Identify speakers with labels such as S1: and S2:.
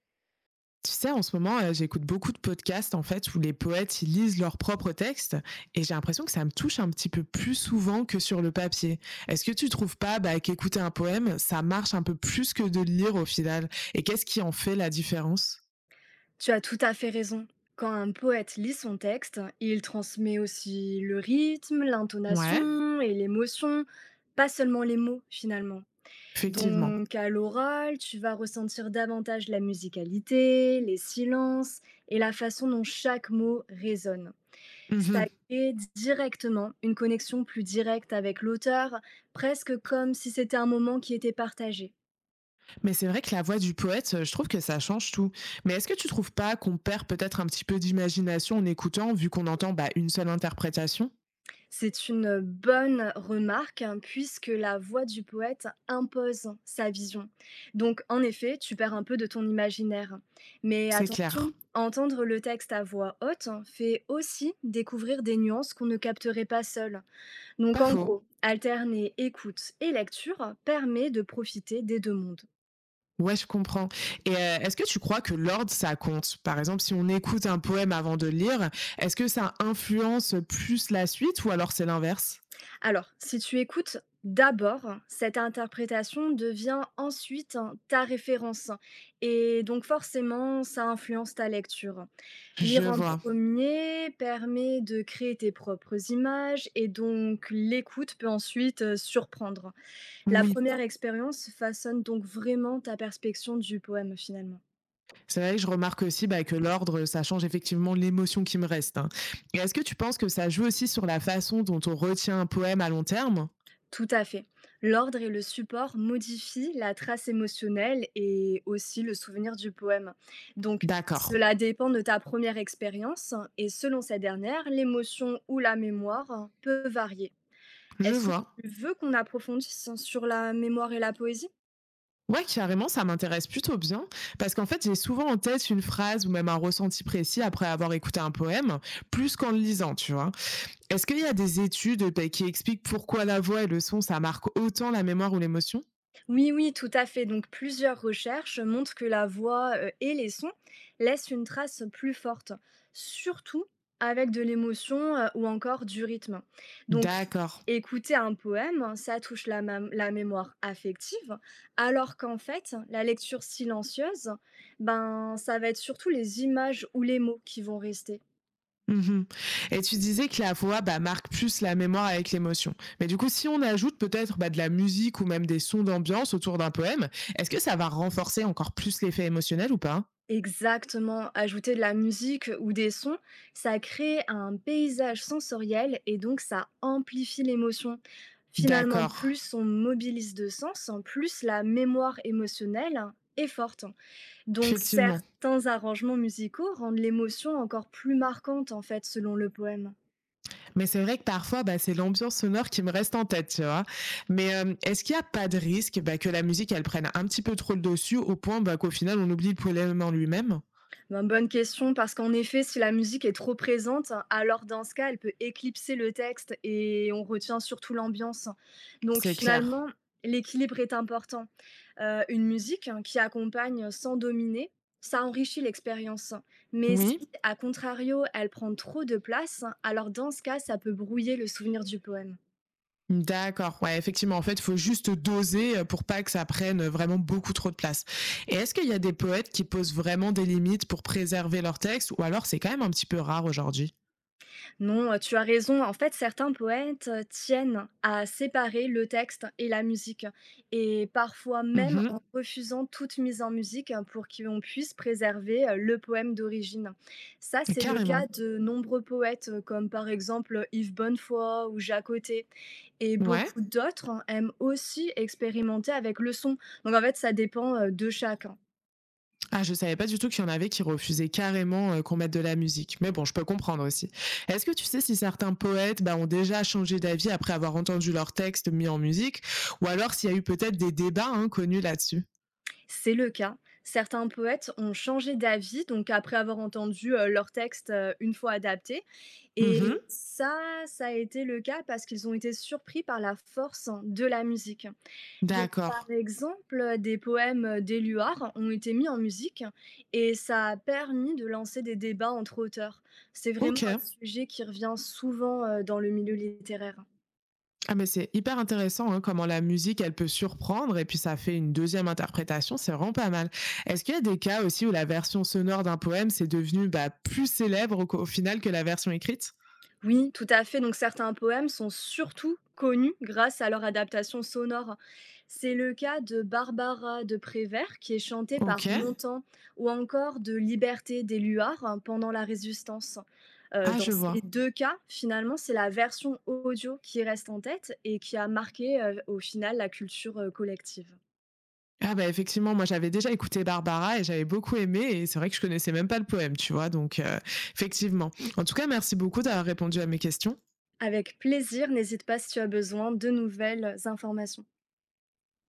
S1: Tu sais, en ce moment, j'écoute beaucoup de podcasts en fait où les poètes ils lisent leurs propres textes et j'ai l'impression que ça me touche un petit peu plus souvent que sur le papier. Est-ce que tu trouves pas bah, qu'écouter un poème, ça marche un peu plus que de le lire au final? Et qu'est-ce qui en fait la différence?
S2: Tu as tout à fait raison. Quand un poète lit son texte, il transmet aussi le rythme,
S1: Ouais,
S2: l'intonation et l'émotion, pas seulement les mots finalement.
S1: effectivement.
S2: Donc à l'oral, tu vas ressentir davantage la musicalité, les silences et la façon dont chaque mot résonne. Ça
S1: Mhm.
S2: crée directement une connexion plus directe avec l'auteur, presque comme si c'était un moment qui était partagé.
S1: Mais c'est vrai que la voix du poète, je trouve que ça change tout. Mais est-ce que tu trouves pas qu'on perd peut-être un petit peu d'imagination en écoutant vu qu'on entend bah, une seule interprétation?
S2: C'est une, bonne remarque, hein, puisque la voix du poète impose sa vision. Donc en effet, tu perds un peu de ton imaginaire. Mais
S1: C'est clair.
S2: attention, entendre le texte à voix haute fait aussi découvrir des nuances qu'on ne capterait pas seul. Donc
S1: Pas
S2: en
S1: faux.
S2: gros, alterner écoute et lecture permet de profiter des 2 mondes.
S1: Ouais, je comprends. Et est-ce que tu crois que l'ordre, ça compte? Par exemple, si on écoute un poème avant de le lire, est-ce que ça influence plus la suite ou alors c'est l'inverse?
S2: Alors, si tu écoutes d'abord, cette interprétation devient ensuite, hein, ta référence. Et donc forcément, ça influence ta lecture.
S1: Je
S2: Lire en
S1: vois.
S2: premier permet de créer tes propres images et donc l'écoute peut ensuite surprendre. La
S1: Oui.
S2: première expérience façonne donc vraiment ta perspective du poème finalement.
S1: C'est vrai que je remarque aussi bah, que l'ordre, ça change effectivement l'émotion qui me reste, hein. Et est-ce que tu penses que ça joue aussi sur la façon dont on retient un poème à long terme?
S2: Tout à fait. L'ordre et le support modifient la trace émotionnelle et aussi le souvenir du poème. Donc,
S1: D'accord,
S2: cela dépend de ta première expérience et selon cette dernière, l'émotion ou la mémoire peut varier.
S1: je
S2: Est-ce que
S1: vois.
S2: tu veux qu'on approfondisse sur la mémoire et la poésie?
S1: Ouais, carrément, ça m'intéresse plutôt bien, parce qu'en fait, j'ai souvent en tête une phrase ou même un ressenti précis après avoir écouté un poème, plus qu'en le lisant, tu vois. Est-ce qu'il y a des études bah, qui expliquent pourquoi la voix et le son, ça marque autant la mémoire ou l'émotion?
S2: Oui, oui, tout à fait. Donc, plusieurs recherches montrent que la voix et les sons laissent une trace plus forte, surtout avec de l'émotion ou encore du rythme. Donc,
S1: D'accord.
S2: écouter un poème, ça touche la, la mémoire affective, alors qu'en fait, la lecture silencieuse, ben, ça va être surtout les images ou les mots qui vont rester.
S1: Mhm. Et tu disais que la voix bah, marque plus la mémoire avec l'émotion. Mais du coup, si on ajoute peut-être bah, de la musique ou même des sons d'ambiance autour d'un poème, est-ce que ça va renforcer encore plus l'effet émotionnel ou pas?
S2: Exactement, ajouter de la musique ou des sons, ça crée un paysage sensoriel et donc ça amplifie l'émotion. Finalement,
S1: D'accord.
S2: plus on mobilise de sens, en plus la mémoire émotionnelle est forte. Donc
S1: Effectivement.
S2: certains arrangements musicaux rendent l'émotion encore plus marquante en fait selon le poème.
S1: Mais c'est vrai que parfois, bah, c'est l'ambiance sonore qui me reste en tête, tu vois. Mais est-ce qu'il n'y a pas de risque bah, que la musique, elle prenne un petit peu trop le dessus au point bah, qu'au final, on oublie le poème en lui-même?
S2: Ben, bonne question, parce qu'en effet, si la musique est trop présente, alors dans ce cas, elle peut éclipser le texte et on retient surtout l'ambiance. Donc
S1: C'est clair.
S2: finalement, l'équilibre est important. Une musique, hein, qui accompagne sans dominer, ça enrichit l'expérience. Mais si,
S1: Oui.
S2: à contrario, elle prend trop de place, alors dans ce cas, ça peut brouiller le souvenir du poème.
S1: D'accord, ouais, effectivement, en fait, il faut juste doser pour pas que ça prenne vraiment beaucoup trop de place. Et est-ce qu'il y a des poètes qui posent vraiment des limites pour préserver leur texte, ou alors c'est quand même un petit peu rare aujourd'hui?
S2: Non, tu as raison. En fait, certains poètes, tiennent à séparer le texte et la musique et parfois même en
S1: Mhm.
S2: refusant toute mise en musique, pour qu'on puisse préserver, le poème d'origine. Ça, c'est le OK.
S1: Carrément,
S2: cas de nombreux poètes, comme par exemple, Yves Bonnefoy ou Jacques et
S1: ouais.
S2: beaucoup d'autres, hein, aiment aussi expérimenter avec le son. Donc en fait, ça dépend, de chacun.
S1: Ah, je savais pas du tout qu'il y en avait qui refusaient carrément qu'on mette de la musique, mais bon, je peux comprendre aussi. Est-ce que tu sais si certains poètes bah, ont déjà changé d'avis après avoir entendu leur texte mis en musique, ou alors s'il y a eu peut-être des débats hein, connus là-dessus?
S2: C'est le cas. Certains poètes ont changé d'avis, donc après avoir entendu leur texte une fois adapté. Et
S1: Mhm.
S2: ça a été le cas parce qu'ils ont été surpris par la force de la musique. Donc, par
S1: D'accord,
S2: exemple, des poèmes d'Éluard ont été mis en musique et ça a permis de lancer des débats entre auteurs. C'est
S1: ok.
S2: vraiment un sujet qui revient souvent dans le milieu littéraire.
S1: Ah mais c'est hyper intéressant hein, comment la musique, elle peut surprendre et puis ça fait une deuxième interprétation, c'est vraiment pas mal. Est-ce qu'il y a des cas aussi où la version sonore d'un poème c'est devenu bah, plus célèbre au, au final que la version écrite?
S2: Oui, tout à fait. Donc certains poèmes sont surtout connus grâce à leur adaptation sonore. C'est le cas de Barbara de Prévert qui est chantée
S1: Ok,
S2: par Montand ou encore de Liberté des Luards, hein, pendant la Résistance.
S1: ah
S2: Dans
S1: je vois.
S2: ces deux cas, finalement, c'est la version audio qui reste en tête et qui a marqué au final la culture collective.
S1: Ah bah effectivement, moi j'avais déjà écouté Barbara et j'avais beaucoup aimé et c'est vrai que je connaissais même pas le poème, tu vois, donc effectivement. En tout cas, merci beaucoup d'avoir répondu à mes questions.
S2: Avec plaisir, n'hésite pas si tu as besoin de nouvelles informations.